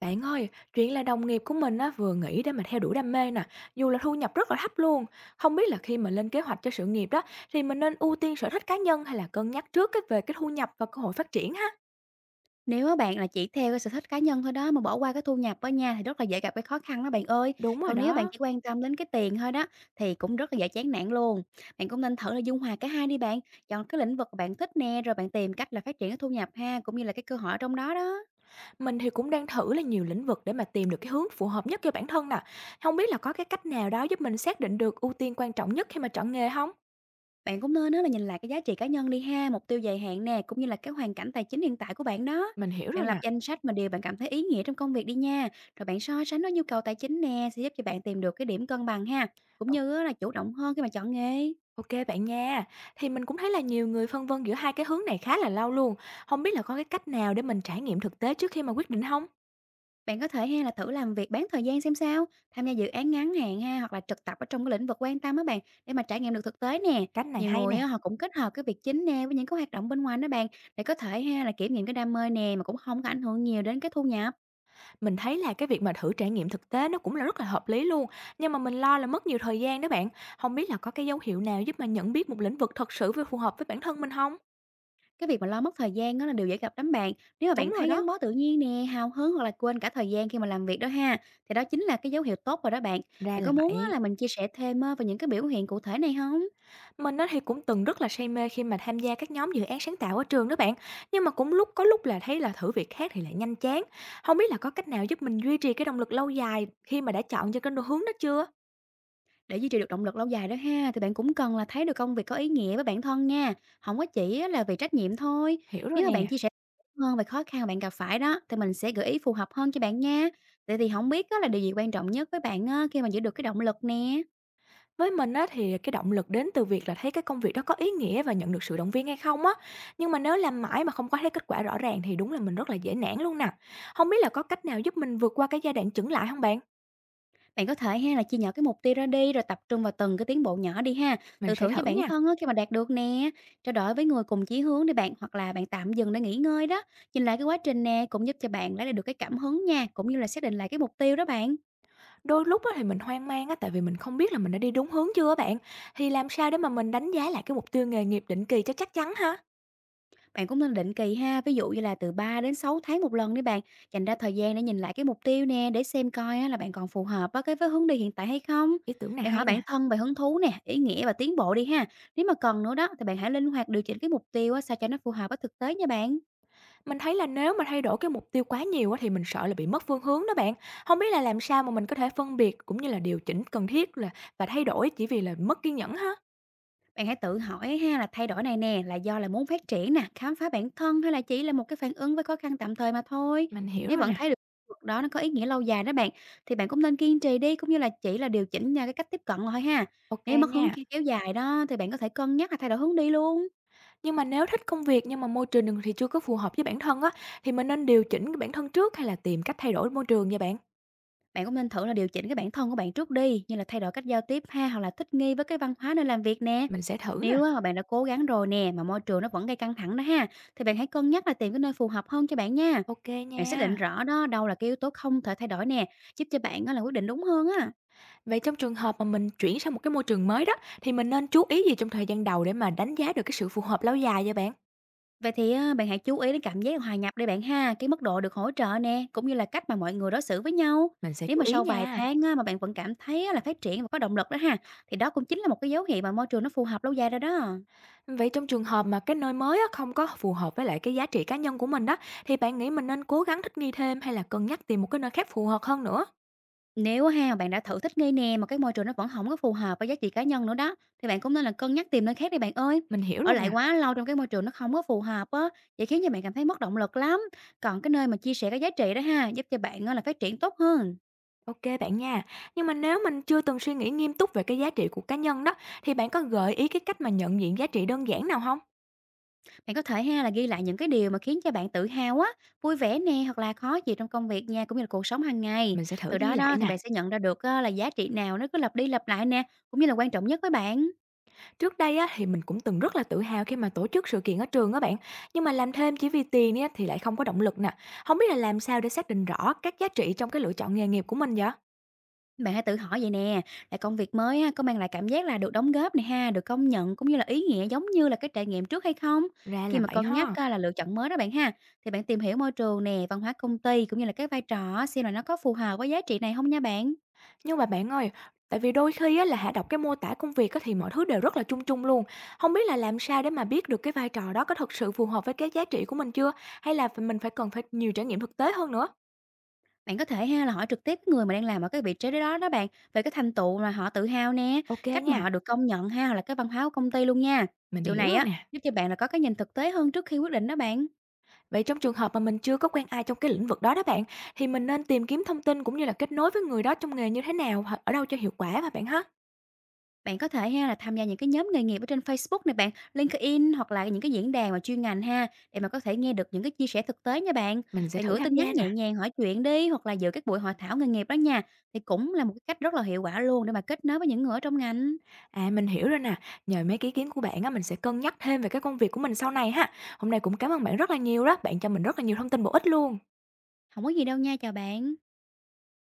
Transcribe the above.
Bạn ơi, chuyện là đồng nghiệp của mình á, vừa nghỉ để mà theo đuổi đam mê nè, dù là thu nhập rất là thấp luôn. Không biết là khi mình lên kế hoạch cho sự nghiệp đó, thì mình nên ưu tiên sở thích cá nhân hay là cân nhắc trước cái về cái thu nhập và cơ hội phát triển ha? Nếu á bạn là chỉ theo cái sở thích cá nhân thôi đó, mà bỏ qua cái thu nhập á nha, thì rất là dễ gặp cái khó khăn đó bạn ơi. Đúng rồi Còn nếu bạn đó, chỉ quan tâm đến cái tiền thôi đó, thì cũng rất là dễ chán nản luôn. Bạn cũng nên thử là dung hòa cả hai đi bạn, chọn cái lĩnh vực bạn thích nè, rồi bạn tìm cách là phát triển cái thu nhập ha, cũng như là cái cơ hội ở trong đó đó. mình thì cũng đang thử là nhiều lĩnh vực để mà tìm được cái hướng phù hợp nhất cho bản thân nè. Không biết là có cái cách nào đó giúp mình xác định được ưu tiên quan trọng nhất khi mà chọn nghề không? Bạn cũng nên đó là nhìn lại cái giá trị cá nhân đi ha, mục tiêu dài hạn nè, cũng như là cái hoàn cảnh tài chính hiện tại của bạn đó. Mình hiểu Bạn rồi lập nè. danh sách mà điều bạn cảm thấy ý nghĩa trong công việc đi nha. Rồi bạn so sánh với nhu cầu tài chính nè sẽ giúp cho bạn tìm được cái điểm cân bằng ha, cũng như á là chủ động hơn khi mà chọn nghề. OK bạn nha. Thì mình cũng thấy là nhiều người phân vân giữa hai cái hướng này khá là lâu luôn. Không biết là có cái cách nào để mình trải nghiệm thực tế trước khi mà quyết định không? Bạn có thể ha là thử làm việc bán thời gian xem sao, tham gia dự án ngắn hạn ha hoặc là trực tập ở trong cái lĩnh vực quan tâm á bạn, để mà trải nghiệm được thực tế nè. Cách này Nhiều hay nè, người á, họ cũng kết hợp cái việc chính nè với những cái hoạt động bên ngoài đó bạn, để có thể ha là kiểm nghiệm cái đam mê nè mà cũng không có ảnh hưởng nhiều đến cái thu nhập. mình thấy là cái việc mà thử trải nghiệm thực tế nó cũng là rất là hợp lý luôn, nhưng mà mình lo là mất nhiều thời gian đó bạn. Không biết là có cái dấu hiệu nào giúp mà nhận biết một lĩnh vực thật sự phù phù hợp với bản thân mình không? Cái việc mà lo mất thời gian á là điều dễ gặp lắm bạn. Nếu mà Đúng bạn rồi thấy đó, gắn bó tự nhiên nè, hào hứng hoặc là quên cả thời gian khi mà làm việc đó ha, thì đó chính là cái dấu hiệu tốt rồi đó bạn. ra Bạn là có muốn á vậy. là mình chia sẻ thêm á về những cái biểu hiện cụ thể này không? Mình á thì cũng từng rất là say mê khi mà tham gia các nhóm dự án sáng tạo ở trường đó bạn. Nhưng mà cũng lúc có lúc là thấy là thử việc khác thì lại nhanh chán. Không biết là có cách nào giúp mình duy trì cái động lực lâu dài khi mà đã chọn cho cái đồ hướng đó chưa? Để duy trì được động lực lâu dài đó ha, thì bạn cũng cần là thấy được công việc có ý nghĩa với bản thân nha, không có chỉ á là vì trách nhiệm thôi. Hiểu rồi Nếu mà bạn nè. chia sẻ hơn về khó khăn bạn gặp phải đó, thì mình sẽ gợi ý phù hợp hơn cho bạn nha. Vậy thì không biết á là điều gì quan trọng nhất với bạn á khi mà giữ được cái động lực nè? Với mình á thì cái động lực đến từ việc là thấy cái công việc đó có ý nghĩa và nhận được sự động viên hay không á. Nhưng mà nếu làm mãi mà không có thấy kết quả rõ ràng thì đúng là mình rất là dễ nản luôn nè. Không biết là có cách nào giúp mình vượt qua cái giai đoạn chững lại không bạn? Bạn có thể ha là chia nhỏ cái mục tiêu ra đi, rồi tập trung vào từng cái tiến bộ nhỏ đi ha. Mình Tự sẽ thưởng thử cho bản nha. thân á, khi mà đạt được nè. Trao đổi với người cùng chí hướng để bạn, hoặc là bạn tạm dừng để nghỉ ngơi đó. Nhìn lại cái quá trình nè cũng giúp cho bạn lấy lại được cái cảm hứng nha, cũng như là xác định lại cái mục tiêu đó bạn. Đôi lúc á thì mình hoang mang á, tại vì mình không biết là mình đã đi đúng hướng chưa á bạn. Thì làm sao để mà mình đánh giá lại cái mục tiêu nghề nghiệp định kỳ cho chắc chắn ha? Bạn cũng nên định kỳ ha, ví dụ như là từ 3 đến 6 tháng một lần đấy bạn, dành ra thời gian để nhìn lại cái mục tiêu nè, để xem coi á là bạn còn phù hợp với với hướng đi hiện tại hay không. Ý tưởng này Bạn hay hỏi nè. bản thân về hứng thú nè, ý nghĩa và tiến bộ đi ha. Nếu mà cần nữa đó thì bạn hãy linh hoạt điều chỉnh cái mục tiêu á, sao cho nó phù hợp với thực tế nha bạn. Mình thấy là nếu mà thay đổi cái mục tiêu quá nhiều á, thì mình sợ là bị mất phương hướng đó bạn. Không biết là làm sao mà mình có thể phân biệt cũng như là điều chỉnh cần thiết là và thay đổi chỉ vì là mất kiên nhẫn ha? Bạn hãy tự hỏi ha, là thay đổi này nè là do là muốn phát triển nè, khám phá bản thân, hay là chỉ là một cái phản ứng với khó khăn tạm thời mà thôi. Mình hiểu Nếu rồi vẫn nè. thấy được việc đó nó có ý nghĩa lâu dài đó bạn, thì bạn cũng nên kiên trì đi, cũng như là chỉ là điều chỉnh nha cái cách tiếp cận thôi ha. Ok Nếu mất hứng nha. kéo dài đó, thì bạn có thể cân nhắc là thay đổi hướng đi luôn. Nhưng mà nếu thích công việc nhưng mà môi trường thì chưa có phù hợp với bản thân á, thì mình nên điều chỉnh cái bản thân trước hay là tìm cách thay đổi môi trường nha bạn? Bạn cũng nên thử là điều chỉnh cái bản thân của bạn trước đi, như là thay đổi cách giao tiếp ha, hoặc là thích nghi với cái văn hóa nơi làm việc nè. Mình sẽ thử nè. Nếu á, mà bạn đã cố gắng rồi nè mà môi trường nó vẫn gây căng thẳng đó ha, thì bạn hãy cân nhắc là tìm cái nơi phù hợp hơn cho bạn nha. Ok Bạn xác định nha. rõ đó, đâu là cái yếu tố không thể thay đổi nè, giúp cho bạn á là quyết định đúng hơn á. Vậy trong trường hợp mà mình chuyển sang một cái môi trường mới đó, thì mình nên chú ý gì trong thời gian đầu để mà đánh giá được cái sự phù hợp lâu dài vậy bạn? Vậy thì á, bạn hãy chú ý đến cảm giác hòa nhập đi bạn ha, cái mức độ được hỗ trợ nè, cũng như là cách mà mọi người đối xử với nhau. Mình sẽ Nếu chú mà ý sau vài nha. tháng á, mà bạn vẫn cảm thấy á là phát triển và có động lực đó ha, thì đó cũng chính là một cái dấu hiệu mà môi trường nó phù hợp lâu dài rồi đó. Vậy trong trường hợp mà cái nơi mới á, không có phù hợp với lại cái giá trị cá nhân của mình đó, thì bạn nghĩ mình nên cố gắng thích nghi thêm hay là cân nhắc tìm một cái nơi khác phù hợp hơn nữa? Nếu ha bạn đã thử thích nghi nè mà cái môi trường nó vẫn không có phù hợp với giá trị cá nhân nữa đó, thì bạn cũng nên là cân nhắc tìm nơi khác đi bạn ơi. Mình hiểu Ở rồi lại nè. quá lâu trong cái môi trường nó không có phù hợp á, vậy khiến cho bạn cảm thấy mất động lực lắm. Còn cái nơi mà chia sẻ cái giá trị đó ha, giúp cho bạn á là phát triển tốt hơn. Ok bạn nha. Nhưng mà nếu mình chưa từng suy nghĩ nghiêm túc về cái giá trị của cá nhân đó, thì bạn có gợi ý cái cách mà nhận diện giá trị đơn giản nào không? Bạn có thể ha là ghi lại những cái điều mà khiến cho bạn tự hào á, vui vẻ nè, hoặc là khó chịu trong công việc nha, cũng như là cuộc sống hàng ngày. Mình sẽ thử Từ ghi đó lại đó thì nè. bạn sẽ nhận ra được á là giá trị nào nó cứ lặp đi lặp lại nè, cũng như là quan trọng nhất với bạn. Trước đây á, thì mình cũng từng rất là tự hào khi mà tổ chức sự kiện ở trường á bạn, nhưng mà làm thêm chỉ vì tiền á, thì lại không có động lực nè. Không biết là làm sao để xác định rõ các giá trị trong cái lựa chọn nghề nghiệp của mình vậy? Bạn hãy tự hỏi vậy nè, là công việc mới á, có mang lại cảm giác là được đóng góp này ha, được công nhận, cũng như là ý nghĩa giống như là cái trải nghiệm trước hay không? Ra Khi là mà vậy cân nhắc ha. á, là lựa chọn mới đó bạn ha, thì bạn tìm hiểu môi trường nè, văn hóa công ty, cũng như là cái vai trò á, xem là nó có phù hợp với giá trị này không nha bạn. Nhưng mà bạn ơi, tại vì đôi khi á, là hạ đọc cái mô tả công việc á, thì mọi thứ đều rất là chung chung luôn. Không biết là làm sao để mà biết được cái vai trò đó có thật sự phù hợp với cái giá trị của mình chưa? Hay là mình phải cần phải nhiều trải nghiệm thực tế hơn nữa? Bạn có thể ha là hỏi trực tiếp người mà đang làm ở cái vị trí đó đó bạn, về cái thành tựu mà họ tự hào nè, Ok cách mà nha, họ được công nhận ha, hoặc là cái văn hóa của công ty luôn nha. mình Điều hiểu này rồi á nè. giúp cho bạn là có cái nhìn thực tế hơn trước khi quyết định đó bạn. Vậy trong trường hợp mà mình chưa có quen ai trong cái lĩnh vực đó đó bạn, thì mình nên tìm kiếm thông tin cũng như là kết nối với người đó trong nghề như thế nào, hoặc ở đâu cho hiệu quả hả bạn ha? Bạn có thể ha là tham gia những cái nhóm nghề nghiệp ở trên Facebook này bạn, LinkedIn, hoặc là những cái diễn đàn mà chuyên ngành ha, để mà có thể nghe được những cái chia sẻ thực tế nha bạn. Mình sẽ Bạn thử gửi tham tin nhắn gia nè. nhẹ nhàng hỏi chuyện đi, hoặc là dự các buổi hội thảo nghề nghiệp đó nha, thì cũng là một cái cách rất là hiệu quả luôn để mà kết nối với những người ở trong ngành. À mình hiểu rồi nè, nhờ mấy cái ý kiến của bạn á mình sẽ cân nhắc thêm về cái công việc của mình sau này ha. Hôm nay cũng cảm ơn bạn rất là nhiều đó, bạn cho mình rất là nhiều thông tin bổ ích luôn. Không có gì đâu nha, chào bạn.